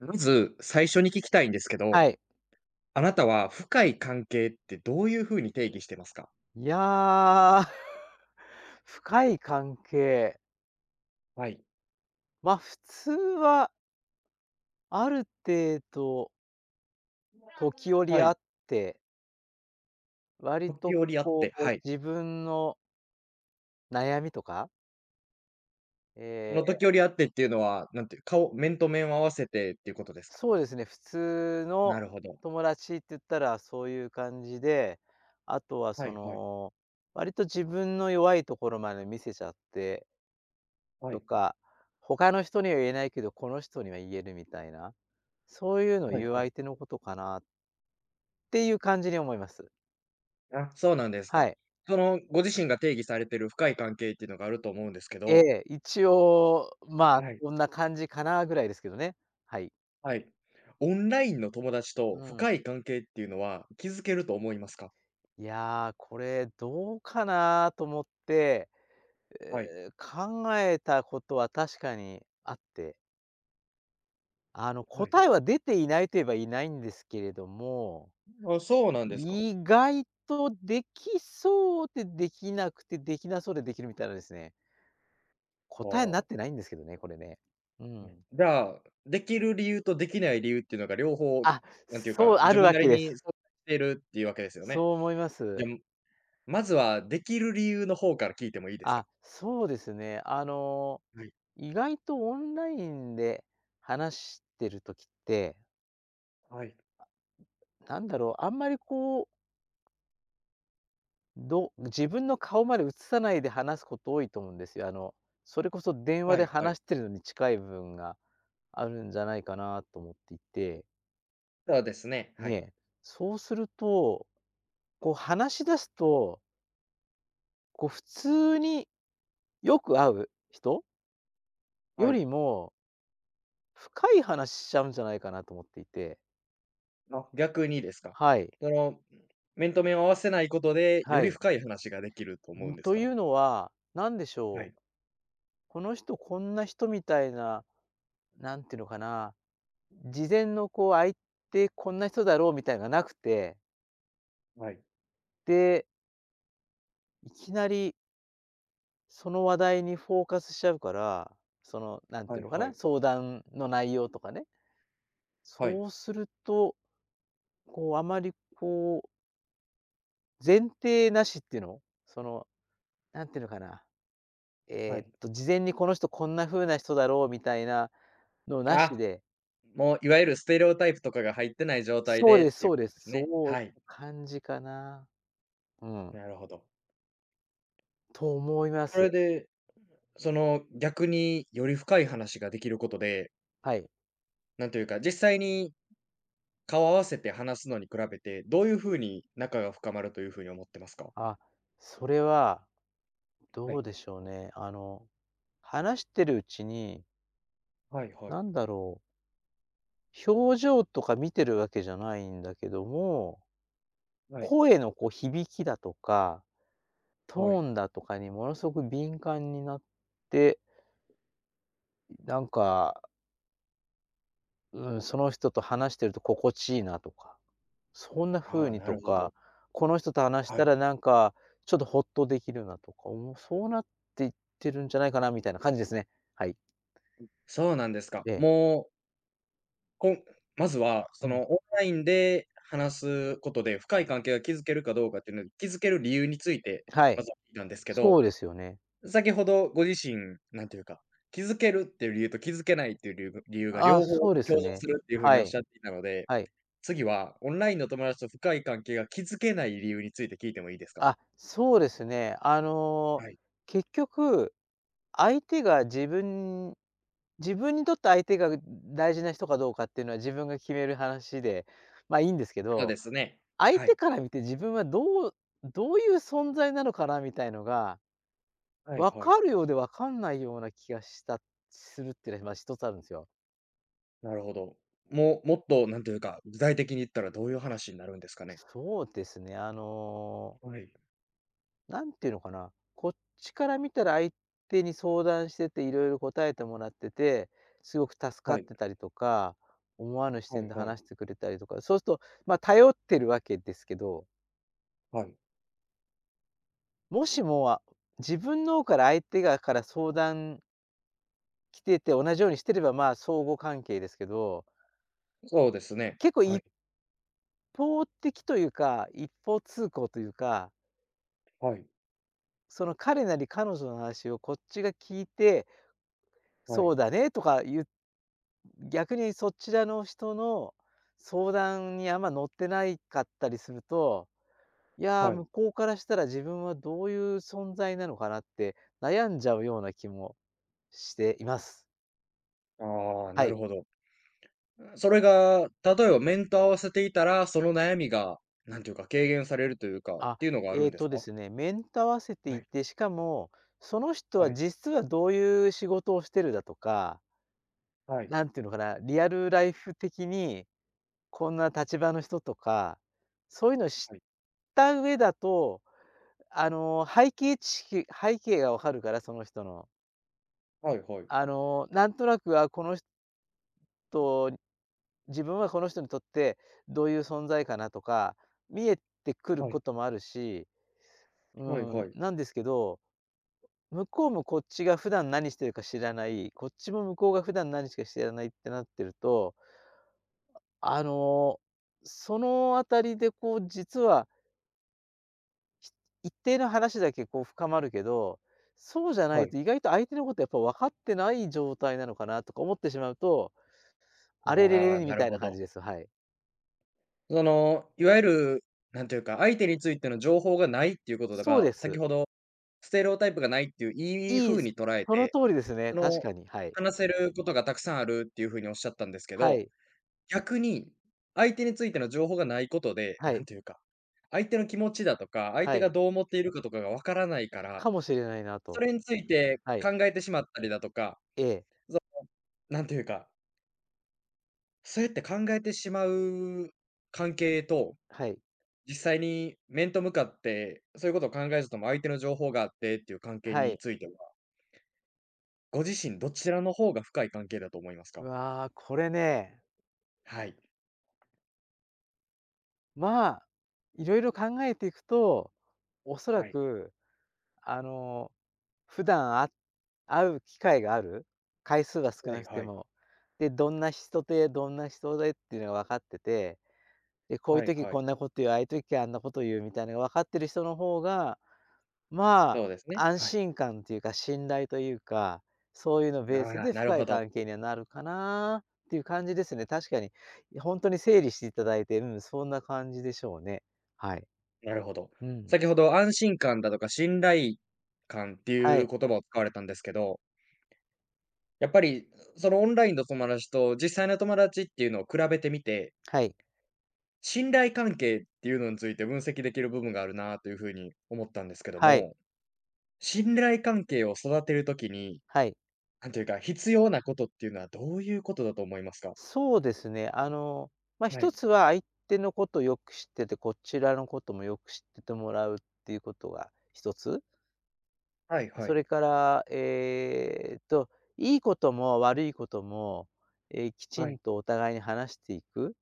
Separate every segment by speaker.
Speaker 1: まず、最初に聞きたいんですけど、
Speaker 2: はい。
Speaker 1: あなたは深い関係ってどういう風に定義してますか？
Speaker 2: いや、深い関係。
Speaker 1: はい。
Speaker 2: ま、普通はある程度時折
Speaker 1: は
Speaker 2: あ
Speaker 1: い。
Speaker 2: って、割と
Speaker 1: 時折会っ
Speaker 2: こ
Speaker 1: て、
Speaker 2: う
Speaker 1: はい。
Speaker 2: 自分の悩みとか、え
Speaker 1: その時
Speaker 2: ー
Speaker 1: 折会ってっていうのは、なんていう、顔面と面を合わせてっていうことですか？
Speaker 2: そうですね、普通
Speaker 1: な
Speaker 2: の
Speaker 1: るほど。
Speaker 2: 友達って言ったらそういう感じで、あとは
Speaker 1: は
Speaker 2: そ
Speaker 1: いはい。
Speaker 2: の、割と自分の弱いところまで見せちゃって
Speaker 1: は
Speaker 2: と
Speaker 1: い。
Speaker 2: か、他の人には言えないけど、この人には言えるみたいな、そういうのを
Speaker 1: はい
Speaker 2: 言う
Speaker 1: はい。
Speaker 2: 相手のことかなっていう感じに思います。
Speaker 1: あ、そうなんです
Speaker 2: は
Speaker 1: か。
Speaker 2: い。
Speaker 1: その、ご自身が定義されてる深い関係っていうのがあると思うんですけ
Speaker 2: え
Speaker 1: ど、
Speaker 2: え、一応、まあ、
Speaker 1: はい。
Speaker 2: こんな感じかなぐらいですけどね。はい。
Speaker 1: はい。オンラインの友達と
Speaker 2: うん。
Speaker 1: 深い関係っていうのは築けると思いますか？
Speaker 2: いや、これどうかなと思って、
Speaker 1: はい。
Speaker 2: え考えたことは確かにあって、
Speaker 1: はい。
Speaker 2: 答えは出ていないと言えばいないんですけれども、
Speaker 1: あ、そうなんですか。
Speaker 2: 意外とできそうでできなくて、できなそうでできるみたいなですね。
Speaker 1: は
Speaker 2: 答えになっ
Speaker 1: あ。
Speaker 2: てないんですけどね、これね。うん。
Speaker 1: じゃあ、できる理由とできない理由っていうのが両方、
Speaker 2: あ、
Speaker 1: なんていう
Speaker 2: そう、
Speaker 1: か、
Speaker 2: あ
Speaker 1: 自
Speaker 2: る
Speaker 1: 分
Speaker 2: わ
Speaker 1: な
Speaker 2: け
Speaker 1: り
Speaker 2: で
Speaker 1: に存
Speaker 2: す。
Speaker 1: 在しているっていうわけですよ
Speaker 2: そう
Speaker 1: ね。
Speaker 2: 思いま
Speaker 1: じゃ
Speaker 2: す。
Speaker 1: あ、まずはできる理由の方から聞いてもいいですか？
Speaker 2: あ、そうですね。
Speaker 1: はい。
Speaker 2: 意外とオンラインで話してる時って、
Speaker 1: はい。
Speaker 2: なんだろう、あんまりこう、ど自分の顔まで映さないで話すこと多いと思うんですよ。それこそ電話
Speaker 1: は
Speaker 2: で
Speaker 1: いは
Speaker 2: 話
Speaker 1: い。
Speaker 2: してるのに近い部分が。あるんじゃないかなと思っていて、
Speaker 1: ただですね、はい。
Speaker 2: ね、そうすると、こう話し出すと、こう普通によく会う人
Speaker 1: は
Speaker 2: よ
Speaker 1: い。
Speaker 2: りも、深い話しちゃうんじゃないかなと思っていて。
Speaker 1: あ、逆にですか。
Speaker 2: はい、
Speaker 1: その、面と面を合わせないことで、よ
Speaker 2: は
Speaker 1: り
Speaker 2: い。
Speaker 1: 深い話ができると思うんです
Speaker 2: とい
Speaker 1: か？
Speaker 2: うのは、何でし
Speaker 1: は
Speaker 2: ょ
Speaker 1: い。
Speaker 2: う、この人こんな人みたいな、なんていうのかな、事前のこう、あいてこんな人だろうみたいなのがなくて、
Speaker 1: はい。
Speaker 2: で、いきなりその話題にフォーカスしちゃうから、その、なんて
Speaker 1: は
Speaker 2: いう
Speaker 1: い
Speaker 2: のか
Speaker 1: は
Speaker 2: な、
Speaker 1: い。
Speaker 2: 相談の内容とかね。
Speaker 1: はい。
Speaker 2: そうすると、こう、あまりこう、前提なしっていうの、その、なんていうのかな、
Speaker 1: はい。
Speaker 2: 事前にこの人こんな風な人だろうみたいなのなし
Speaker 1: あ、
Speaker 2: で、
Speaker 1: もういわゆるステレオタイプとかが入ってない状態
Speaker 2: そう
Speaker 1: でっ
Speaker 2: です
Speaker 1: ていう
Speaker 2: そう
Speaker 1: こ
Speaker 2: で
Speaker 1: とで
Speaker 2: す。
Speaker 1: すね。
Speaker 2: そういう
Speaker 1: はい、
Speaker 2: 感じかな。うん、
Speaker 1: なるほど。
Speaker 2: と思いま
Speaker 1: そ
Speaker 2: す。
Speaker 1: れでその、逆により深い話ができることで、
Speaker 2: はい。
Speaker 1: なんというか、実際に顔を合わせて話すのに比べて、どういう風に仲が深まるという風に思ってますか？
Speaker 2: あ、それは
Speaker 1: は
Speaker 2: どう
Speaker 1: い。
Speaker 2: でしょうね。話してるうちに、
Speaker 1: はいはい。
Speaker 2: なんだろう、表情とか見てるわけじゃないんだけども、
Speaker 1: はい。
Speaker 2: 声のこう響きだとか、ト
Speaker 1: は
Speaker 2: ー
Speaker 1: い。
Speaker 2: ンだとかにものすごく敏感になって、なんか、うん、その人と話してると心地いいなとか、そんな
Speaker 1: あ
Speaker 2: 風
Speaker 1: あ、
Speaker 2: に
Speaker 1: な
Speaker 2: と
Speaker 1: るほど。
Speaker 2: か、この人と話し
Speaker 1: は
Speaker 2: た
Speaker 1: い。
Speaker 2: らなんか、ちょっとほっとできるなとか、もうそうなっていってるんじゃないかなみたいな感じですね。はい。
Speaker 1: そうなんですか。
Speaker 2: ええ。
Speaker 1: もう、こんまずは、
Speaker 2: う
Speaker 1: そ
Speaker 2: ん。
Speaker 1: の、オンラインで話すことで、深い関係が築けるかどうかっていうのを築ける理由について、
Speaker 2: は
Speaker 1: ま
Speaker 2: い。
Speaker 1: ずは聞いたんですけど
Speaker 2: そうですよね。
Speaker 1: 先ほどご自身、なんていうか、気づけるっていう理由と気づけないっていう理由が
Speaker 2: ああ、
Speaker 1: 両方
Speaker 2: そうです
Speaker 1: 共存
Speaker 2: ね。
Speaker 1: するっていう風に
Speaker 2: は
Speaker 1: おっ
Speaker 2: い、
Speaker 1: しゃっていたので、
Speaker 2: はい。
Speaker 1: 次はオンラインの友達と深い関係が築けない理由について聞いてもいいですか？
Speaker 2: あ、そうですね。
Speaker 1: はい。
Speaker 2: 結局、相手が自分自分にとって相手が大事な人かどうかっていうのは自分が決める話で、まあ、いいんですけ
Speaker 1: そう
Speaker 2: ど、
Speaker 1: ですね。
Speaker 2: 相
Speaker 1: は
Speaker 2: 手
Speaker 1: い。
Speaker 2: から見て自分はどういう存在なのかなみたいのが、
Speaker 1: はい
Speaker 2: 分
Speaker 1: はい。
Speaker 2: かるようで分かんないような気がするっていうのは、ま、一つあるんですよ。
Speaker 1: なるほど。もうもっとなんというか、具体的に言ったらどういう話になるんですかね？
Speaker 2: そうですね、
Speaker 1: はい。
Speaker 2: なんていうのかな、こっちから見たら相手に相談してて、いろいろ答えてもらってて、すごく助かっ
Speaker 1: はい
Speaker 2: てたりとか、思わぬ視
Speaker 1: は
Speaker 2: 点
Speaker 1: い
Speaker 2: で
Speaker 1: はい
Speaker 2: 話してくれたりとか、そうすると、まあ、頼ってるわけですけど、
Speaker 1: はい。
Speaker 2: もしも、あ、自分の方から相手から相談来てて、同じようにしてれば、まあ、相互関係ですけど、
Speaker 1: そうですね。
Speaker 2: 結構
Speaker 1: は
Speaker 2: 一
Speaker 1: い、
Speaker 2: 方的というか、一方通行というか、
Speaker 1: はい、
Speaker 2: その彼なり彼女の話をこっちが聞いて、
Speaker 1: は
Speaker 2: そ
Speaker 1: い、
Speaker 2: うだねとか言っ、逆にそちらの人の相談にあんま乗ってないかったりすると、いや、
Speaker 1: はい。
Speaker 2: 向こうからしたら自分はどういう存在なのかなって悩んじゃうような気もしています。
Speaker 1: ああ、
Speaker 2: は
Speaker 1: なる
Speaker 2: い。
Speaker 1: ほど。それが、例えば面と合わせていたら、その悩みが、なんていうか、軽減されるというか、っ
Speaker 2: あ、
Speaker 1: ていうのがあ
Speaker 2: え
Speaker 1: るん
Speaker 2: え
Speaker 1: です
Speaker 2: とで
Speaker 1: か？
Speaker 2: すね、面と合わせて
Speaker 1: は
Speaker 2: い
Speaker 1: い、
Speaker 2: て、しかも、その人は
Speaker 1: はい、
Speaker 2: 実はどういう仕事をしてるだとか、
Speaker 1: はい、
Speaker 2: なんていうのかな、リアルライフ的にこんな立場の人とか、そういうのを知
Speaker 1: は
Speaker 2: っ
Speaker 1: い、
Speaker 2: た上だと、背景がわかるから、その人の。
Speaker 1: はいはい、
Speaker 2: なんとなく、あ、この人自分はこの人にとってどういう存在かなとか、見えてくる
Speaker 1: は
Speaker 2: こ
Speaker 1: い、
Speaker 2: ともあるし、う
Speaker 1: はい
Speaker 2: ん、
Speaker 1: はい、
Speaker 2: なんですけど、向こうもこっちが普段何してるか知らない、こっちも向こうが普段何してか知らないってなってると、あの、そのあたりでこう実は一定の話だけこう深まるけど、そうじゃな
Speaker 1: は
Speaker 2: い
Speaker 1: い。
Speaker 2: と意外と相手のことやっぱ分かってない状態なのかなとか思ってしまうと、あれれ
Speaker 1: あ
Speaker 2: れ
Speaker 1: あ、
Speaker 2: れみ
Speaker 1: なる
Speaker 2: たいな
Speaker 1: ほ
Speaker 2: 感じ
Speaker 1: ど。
Speaker 2: です。はい。
Speaker 1: その、いわゆる、なんていうか、相手についての情報がないっていうことだ
Speaker 2: そう
Speaker 1: が、
Speaker 2: で
Speaker 1: 先
Speaker 2: す。
Speaker 1: ほどステレオタイプがないっていういい
Speaker 2: いい、
Speaker 1: 風に捉え
Speaker 2: その
Speaker 1: て、
Speaker 2: 通りですね。
Speaker 1: そ
Speaker 2: 確
Speaker 1: の、
Speaker 2: かに。はい。
Speaker 1: 話せることがたくさんあるっていう風におっしゃったんですけ
Speaker 2: は
Speaker 1: ど
Speaker 2: い。
Speaker 1: 逆に、相手についての情報がないことで、
Speaker 2: は
Speaker 1: な
Speaker 2: い。
Speaker 1: んていうか、相手の気持ちだとか、相手
Speaker 2: は
Speaker 1: が
Speaker 2: い。
Speaker 1: どう思っているかとかがわからないから、
Speaker 2: かもしれないな
Speaker 1: そ
Speaker 2: と。
Speaker 1: れについて
Speaker 2: は
Speaker 1: 考
Speaker 2: い。
Speaker 1: えてしまったりだとか、
Speaker 2: ええ。
Speaker 1: なんていうか、そうやって考えてしまう関係と、
Speaker 2: はい。
Speaker 1: 実際に面と向かって、そういうことを考えずとも相手の情報があってっていう関係
Speaker 2: は
Speaker 1: に
Speaker 2: い。
Speaker 1: ついては、ご自身どちらの方が深い関係だと思います
Speaker 2: う
Speaker 1: か？
Speaker 2: わあ、これね、
Speaker 1: はい。
Speaker 2: まあ、いろいろ考えていくと、おそら
Speaker 1: はい。
Speaker 2: く、あの、普段会う機会がある？回数が少
Speaker 1: は
Speaker 2: な
Speaker 1: い
Speaker 2: くて
Speaker 1: はい。
Speaker 2: も。で、どんな人で、どんな人でっていうのが分かってて、で、こういう
Speaker 1: はい
Speaker 2: 時
Speaker 1: は
Speaker 2: こ
Speaker 1: い。
Speaker 2: んなこと言う、ああいう時あんなこと言うみたいなのが分かってる人の方が、ま
Speaker 1: そうですね。
Speaker 2: あ、安
Speaker 1: はい。
Speaker 2: 心感というか信頼というか、そういうのベース
Speaker 1: ああ、
Speaker 2: で
Speaker 1: なる
Speaker 2: 深
Speaker 1: ほ
Speaker 2: い
Speaker 1: ど。
Speaker 2: 関係にはなるかなっていう感じですね。確かに、ほんとに整理していただいて、うん、そんな感じでしょうね。はい。
Speaker 1: なるほど。
Speaker 2: うん。
Speaker 1: 先ほど安心感だとか信頼感って
Speaker 2: は
Speaker 1: いう
Speaker 2: い。
Speaker 1: 言葉を使われたんですけど、やっぱりそのオンラインの友達と実際の友達っていうのを比べてみて、
Speaker 2: はい。
Speaker 1: 信頼関係っていうのについて分析できる部分があるなというふうに思ったんですけど
Speaker 2: はい。
Speaker 1: も、信頼関係を育てるときに、
Speaker 2: はい。
Speaker 1: なんていうか必要なことっていうのはどういうことだと思いますか？
Speaker 2: そうですね。まあ、
Speaker 1: は
Speaker 2: 一
Speaker 1: い。
Speaker 2: つは相手のことをよく知ってて、こちらのこともよく知っててもらうっていうことが一つ。
Speaker 1: はいは
Speaker 2: そ
Speaker 1: い。
Speaker 2: れから、いいことも悪いことも、きち
Speaker 1: は
Speaker 2: ん
Speaker 1: い。
Speaker 2: とお互いに話していく、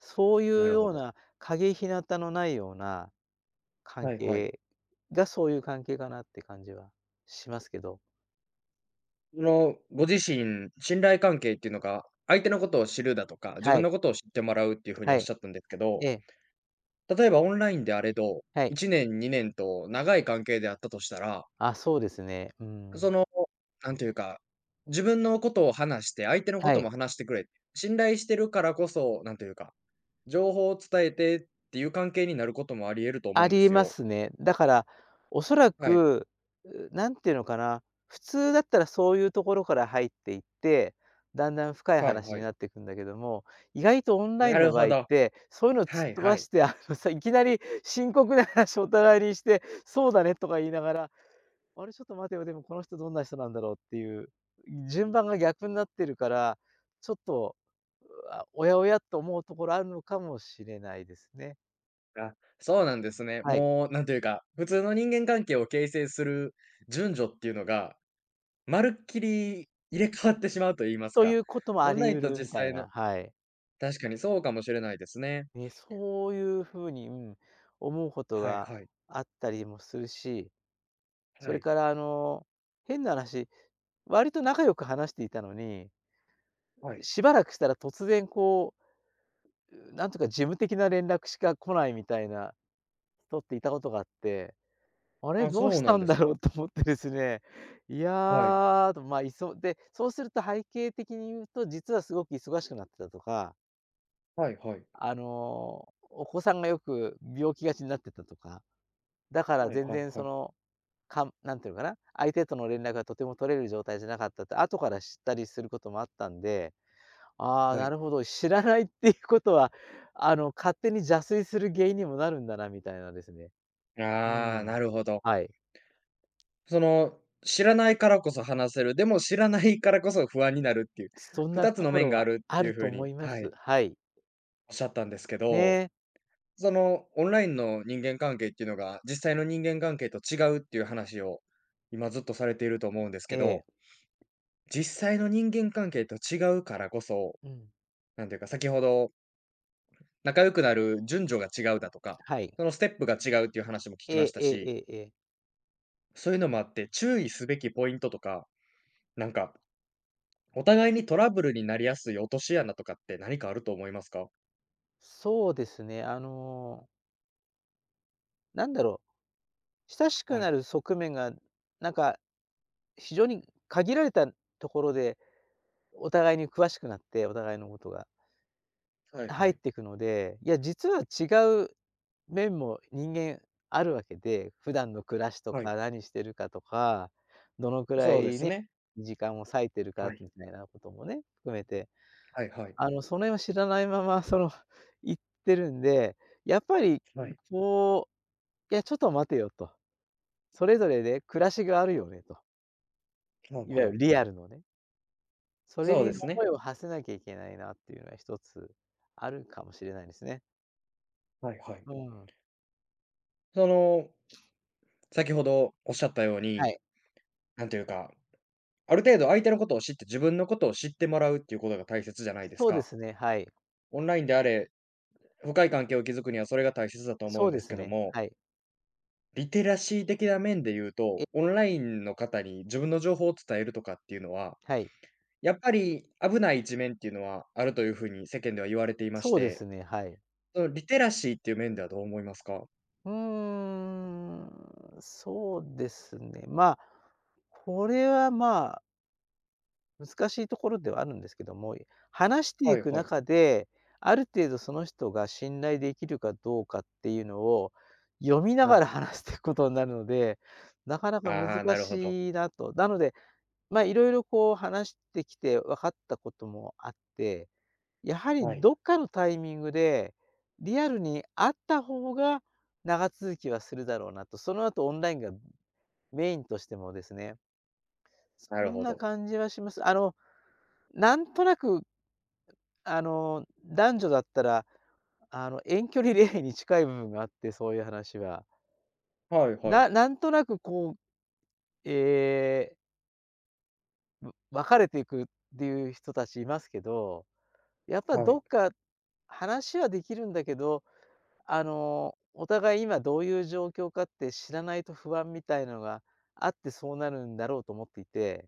Speaker 2: そうい
Speaker 1: な
Speaker 2: う
Speaker 1: る
Speaker 2: よ
Speaker 1: ほ
Speaker 2: う
Speaker 1: ど。
Speaker 2: な陰日向のないような関
Speaker 1: はいはい。
Speaker 2: 係が、そういう関係かなって感じはしますけど。
Speaker 1: その、ご自身、信頼関係っていうのが、相手のことを知るだとか、自
Speaker 2: は
Speaker 1: 分
Speaker 2: い、
Speaker 1: のことを知ってもらうっていう風に
Speaker 2: は
Speaker 1: おっ
Speaker 2: い、
Speaker 1: しゃったんですけ
Speaker 2: え
Speaker 1: ど、
Speaker 2: え、
Speaker 1: 例えばオンラインであれど、
Speaker 2: はい。
Speaker 1: 1年、2年と長い関係であったとしたら、
Speaker 2: あ、そうですね。う
Speaker 1: そ
Speaker 2: ん。
Speaker 1: の、なんていうか、自分のことを話して、相手のこ
Speaker 2: は
Speaker 1: と
Speaker 2: い。
Speaker 1: も話してくれ、信頼してるからこそ、なんというか、情報を伝えてっていう関係になることもあり得ると
Speaker 2: あ
Speaker 1: 思うんで
Speaker 2: り
Speaker 1: す
Speaker 2: ま
Speaker 1: よ。
Speaker 2: すね。だから、おそら
Speaker 1: はい。
Speaker 2: く、なんていうのかな、普通だったらそういうところから入っていって、だんだん深い
Speaker 1: はい
Speaker 2: 話
Speaker 1: は
Speaker 2: に
Speaker 1: い。
Speaker 2: なっていくんだけども、意外とオンライ
Speaker 1: な
Speaker 2: ンの
Speaker 1: る
Speaker 2: 場
Speaker 1: ほ
Speaker 2: 合っ
Speaker 1: ど。
Speaker 2: て、そういうのを突
Speaker 1: は
Speaker 2: っ
Speaker 1: い
Speaker 2: 飛
Speaker 1: は
Speaker 2: ば
Speaker 1: い。
Speaker 2: して、あのさ、いきなり深刻な話をお互いにして、「そうだね」とか言いながら、「あれ、ちょっと待てよ、でもこの人どんな人なんだろう」っていう、順番が逆になってるから、ちょっと、あ、おやおやと思うところあるのかもしれないですね。
Speaker 1: あ、そうなんですね。
Speaker 2: はい。
Speaker 1: もうなんというか、普通の人間関係を形成する順序っていうのが、まるっきり入れ替わってしまうと言います
Speaker 2: とい
Speaker 1: か。
Speaker 2: うことも
Speaker 1: オ
Speaker 2: あ
Speaker 1: ン
Speaker 2: り
Speaker 1: ライ
Speaker 2: 得
Speaker 1: ンと
Speaker 2: るみ
Speaker 1: 実
Speaker 2: たい
Speaker 1: 際の
Speaker 2: な、はい。
Speaker 1: 確かにそうかもしれないですね。
Speaker 2: ね、そういう風に、うん、思うこと
Speaker 1: はい
Speaker 2: が
Speaker 1: はい。
Speaker 2: あったりもするし、そ
Speaker 1: は
Speaker 2: れ
Speaker 1: い。
Speaker 2: から変な話、割と仲良く話していたのに、
Speaker 1: はい。
Speaker 2: しばらくしたら突然こう、なんとか事務的な連絡しか来ないみたいな人っていたことがあって、あれ、
Speaker 1: あ、
Speaker 2: どう
Speaker 1: そ
Speaker 2: し
Speaker 1: うな
Speaker 2: た
Speaker 1: ん
Speaker 2: ん
Speaker 1: です
Speaker 2: だろ
Speaker 1: か。
Speaker 2: うと思ってですね、い
Speaker 1: はい。
Speaker 2: や、と、ま、いそで、そうすると背景的に言うと、実はすごく忙しくなってたとか、
Speaker 1: はいはい。
Speaker 2: お子さんがよく病気がちになってたとか、だから
Speaker 1: はい
Speaker 2: 全
Speaker 1: はい
Speaker 2: 然
Speaker 1: はい。
Speaker 2: なんていうのかな、相手との連絡がとても取れる状態じゃなかったって後から知ったりすることもあったんで、ああ、
Speaker 1: は
Speaker 2: な
Speaker 1: い。
Speaker 2: るほど、知らないっていうことは、勝手に邪推する原因にもなるんだなみたいなですね。う
Speaker 1: ああ、
Speaker 2: ん。
Speaker 1: なるほど。
Speaker 2: はい。
Speaker 1: その、知らないからこそ話せる、でも知らないからこそ不安になるっていう、
Speaker 2: そんな
Speaker 1: 2
Speaker 2: と
Speaker 1: つの
Speaker 2: こ
Speaker 1: 面
Speaker 2: ろ
Speaker 1: があ
Speaker 2: は
Speaker 1: るっ
Speaker 2: あ
Speaker 1: てい
Speaker 2: る
Speaker 1: う
Speaker 2: と
Speaker 1: 風
Speaker 2: 思
Speaker 1: に、
Speaker 2: いま
Speaker 1: は
Speaker 2: す。
Speaker 1: い、
Speaker 2: はい。
Speaker 1: おっしゃったんですけど
Speaker 2: ね、
Speaker 1: その、オンラインの人間関係っていうのが、実際の人間関係と違うっていう話を、今ずっとされていると思うんです
Speaker 2: え
Speaker 1: けど、
Speaker 2: え、
Speaker 1: 実際の人間関係と違うからこそ、
Speaker 2: うん、
Speaker 1: なんていうか、先ほど仲良くなる順序が違うだとか、
Speaker 2: はい。
Speaker 1: そのステップが違うっていう話も聞き
Speaker 2: え
Speaker 1: まし
Speaker 2: ええ
Speaker 1: た
Speaker 2: ええ
Speaker 1: し、
Speaker 2: えええ。
Speaker 1: そういうのもあって注意すべきポイントとか、なんか、お互いにトラブルになりやすい落とし穴とかって何かあると思いますか？
Speaker 2: そうですね、なんだろう、親しく
Speaker 1: は
Speaker 2: な
Speaker 1: い。
Speaker 2: る側面が、なんか、非常に限られたところで、お互いに詳しくなって、お互いのことが
Speaker 1: はい
Speaker 2: 入
Speaker 1: は
Speaker 2: っ
Speaker 1: い。
Speaker 2: ていくので、いや、実は違う面も人間あるわけで、普段の暮らしと
Speaker 1: はい。
Speaker 2: か、何してるかとか、どのくら
Speaker 1: そうで
Speaker 2: い
Speaker 1: す
Speaker 2: ね、
Speaker 1: ね。
Speaker 2: 時間を割いてるか
Speaker 1: はい。
Speaker 2: みたいなこともね、含めて、
Speaker 1: はいはい。
Speaker 2: その辺は知らないまま、その、行ってるんで、やっぱり、
Speaker 1: はい。
Speaker 2: こう、いや、ちょっと待てよと、それぞれね、暮らしがあるよねと。
Speaker 1: はい
Speaker 2: いわ
Speaker 1: は
Speaker 2: ゆる
Speaker 1: い。
Speaker 2: リアルのね、それ
Speaker 1: そう
Speaker 2: に
Speaker 1: です
Speaker 2: 思
Speaker 1: ね。
Speaker 2: いを馳せなきゃいけないなっていうのは一つあるかもしれないですね。
Speaker 1: はいはい。
Speaker 2: うん。
Speaker 1: その、先ほどおっしゃったよう
Speaker 2: は
Speaker 1: に、
Speaker 2: い。
Speaker 1: なんていうか、ある程度相手のことを知って自分のことを知ってもらうっていうことが大切じゃないです
Speaker 2: そうで
Speaker 1: か。
Speaker 2: すね、はい。
Speaker 1: オンラインであれ、深い関係を築くにはそれが大切だと思う
Speaker 2: そ
Speaker 1: ん
Speaker 2: う
Speaker 1: で
Speaker 2: で
Speaker 1: す
Speaker 2: す
Speaker 1: けど
Speaker 2: ね、
Speaker 1: も、
Speaker 2: はい。
Speaker 1: リテラシー的な面で言う
Speaker 2: え、
Speaker 1: と、オンラインの方に自分の情報を伝えるとかっていうのは、
Speaker 2: はい。
Speaker 1: やっぱり危ない一面っていうのはあるというふうに世間では言われていまし
Speaker 2: そうで
Speaker 1: て、
Speaker 2: すね、はい。
Speaker 1: そのリテラシーっていう面ではどう思いますか？
Speaker 2: うーん、そうですね、まあ、これは難しいところではあるんですけども、話して
Speaker 1: は
Speaker 2: い
Speaker 1: い
Speaker 2: く
Speaker 1: はい。
Speaker 2: 中で、ある程度その人が信頼できるかどうかっていうのを、読みな
Speaker 1: は
Speaker 2: が
Speaker 1: い。
Speaker 2: ら話していくことになるので、なかなか難
Speaker 1: ああー、なるほど。
Speaker 2: しいなと。なので、まあ、いろいろこう話してきて分かったこともあって、やはり
Speaker 1: はい。
Speaker 2: どっかのタイミングで、リアルに会った方が長続きはするだろうなと、その後オンラインがメインとしてもですね、
Speaker 1: な
Speaker 2: そ
Speaker 1: る
Speaker 2: ん
Speaker 1: ほ
Speaker 2: な
Speaker 1: ど。
Speaker 2: 感じはします。なんとなく男女だったら、遠距離恋愛に近い部分があって、そういう話は。
Speaker 1: はいはい。
Speaker 2: なんとなくこう、ええ、別れていくっていう人たちいますけど、やっぱ
Speaker 1: は
Speaker 2: ど
Speaker 1: い。
Speaker 2: っか話はできるんだけど、お互い今どういう状況かって知らないと不安みたいのがあってそうなるんだろうと思っていて、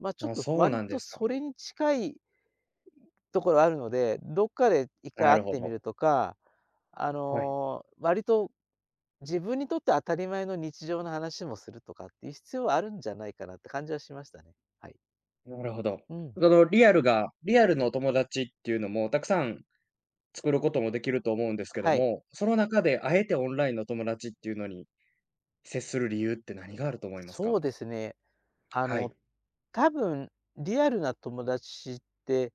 Speaker 2: ま、ちょっ
Speaker 1: あ、
Speaker 2: と
Speaker 1: そう
Speaker 2: 割
Speaker 1: なんで
Speaker 2: と
Speaker 1: すか。
Speaker 2: それに近いところあるので、どっかで一回
Speaker 1: な
Speaker 2: 会っ
Speaker 1: るほ
Speaker 2: てみる
Speaker 1: ど。
Speaker 2: とか、
Speaker 1: はい。
Speaker 2: 割と自分にとって当たり前の日常の話もするとかっていう必要はあるんじゃないかなって感じはしましたね。はい。
Speaker 1: なるほど。
Speaker 2: うん。
Speaker 1: そのリアルがリアルのお友達っていうのもたくさん作ることもできると思うんですけど
Speaker 2: はい。
Speaker 1: も、その中であえてオンラインの友達っていうのに接する理由って何があると思います
Speaker 2: そ
Speaker 1: か？
Speaker 2: うですね。あ
Speaker 1: はい、
Speaker 2: の、多分リアルな友達って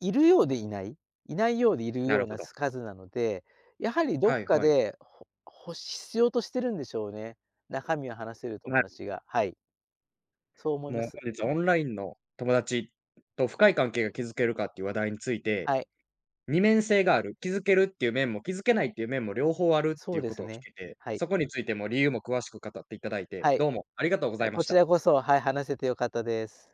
Speaker 2: いるようでいない、いないようでいる
Speaker 1: な
Speaker 2: よう
Speaker 1: るほ
Speaker 2: な
Speaker 1: ど。
Speaker 2: 数なので、やはりどっ
Speaker 1: はい
Speaker 2: か
Speaker 1: はい。
Speaker 2: で、ほ必要としてるんでしょうね。中身を話せる友
Speaker 1: な
Speaker 2: 達が。はい。そう思い
Speaker 1: も
Speaker 2: ま
Speaker 1: う
Speaker 2: す。
Speaker 1: 本日はオンラインの友達と深い関係が築けるかっていう話題について
Speaker 2: はい。
Speaker 1: 二面性がある、気づけるっていう面も気づけないっていう面も両方あるって
Speaker 2: そ
Speaker 1: い
Speaker 2: う
Speaker 1: う
Speaker 2: で
Speaker 1: こ
Speaker 2: す
Speaker 1: とを聞
Speaker 2: ね。
Speaker 1: けて、
Speaker 2: はい。
Speaker 1: そこについても理由も詳しく語っていただいて、
Speaker 2: はい。
Speaker 1: どうもありがとうご
Speaker 2: は
Speaker 1: ざ
Speaker 2: い、
Speaker 1: いま
Speaker 2: こ
Speaker 1: し
Speaker 2: ち
Speaker 1: た。
Speaker 2: らこそ、はい、話せて良かったです。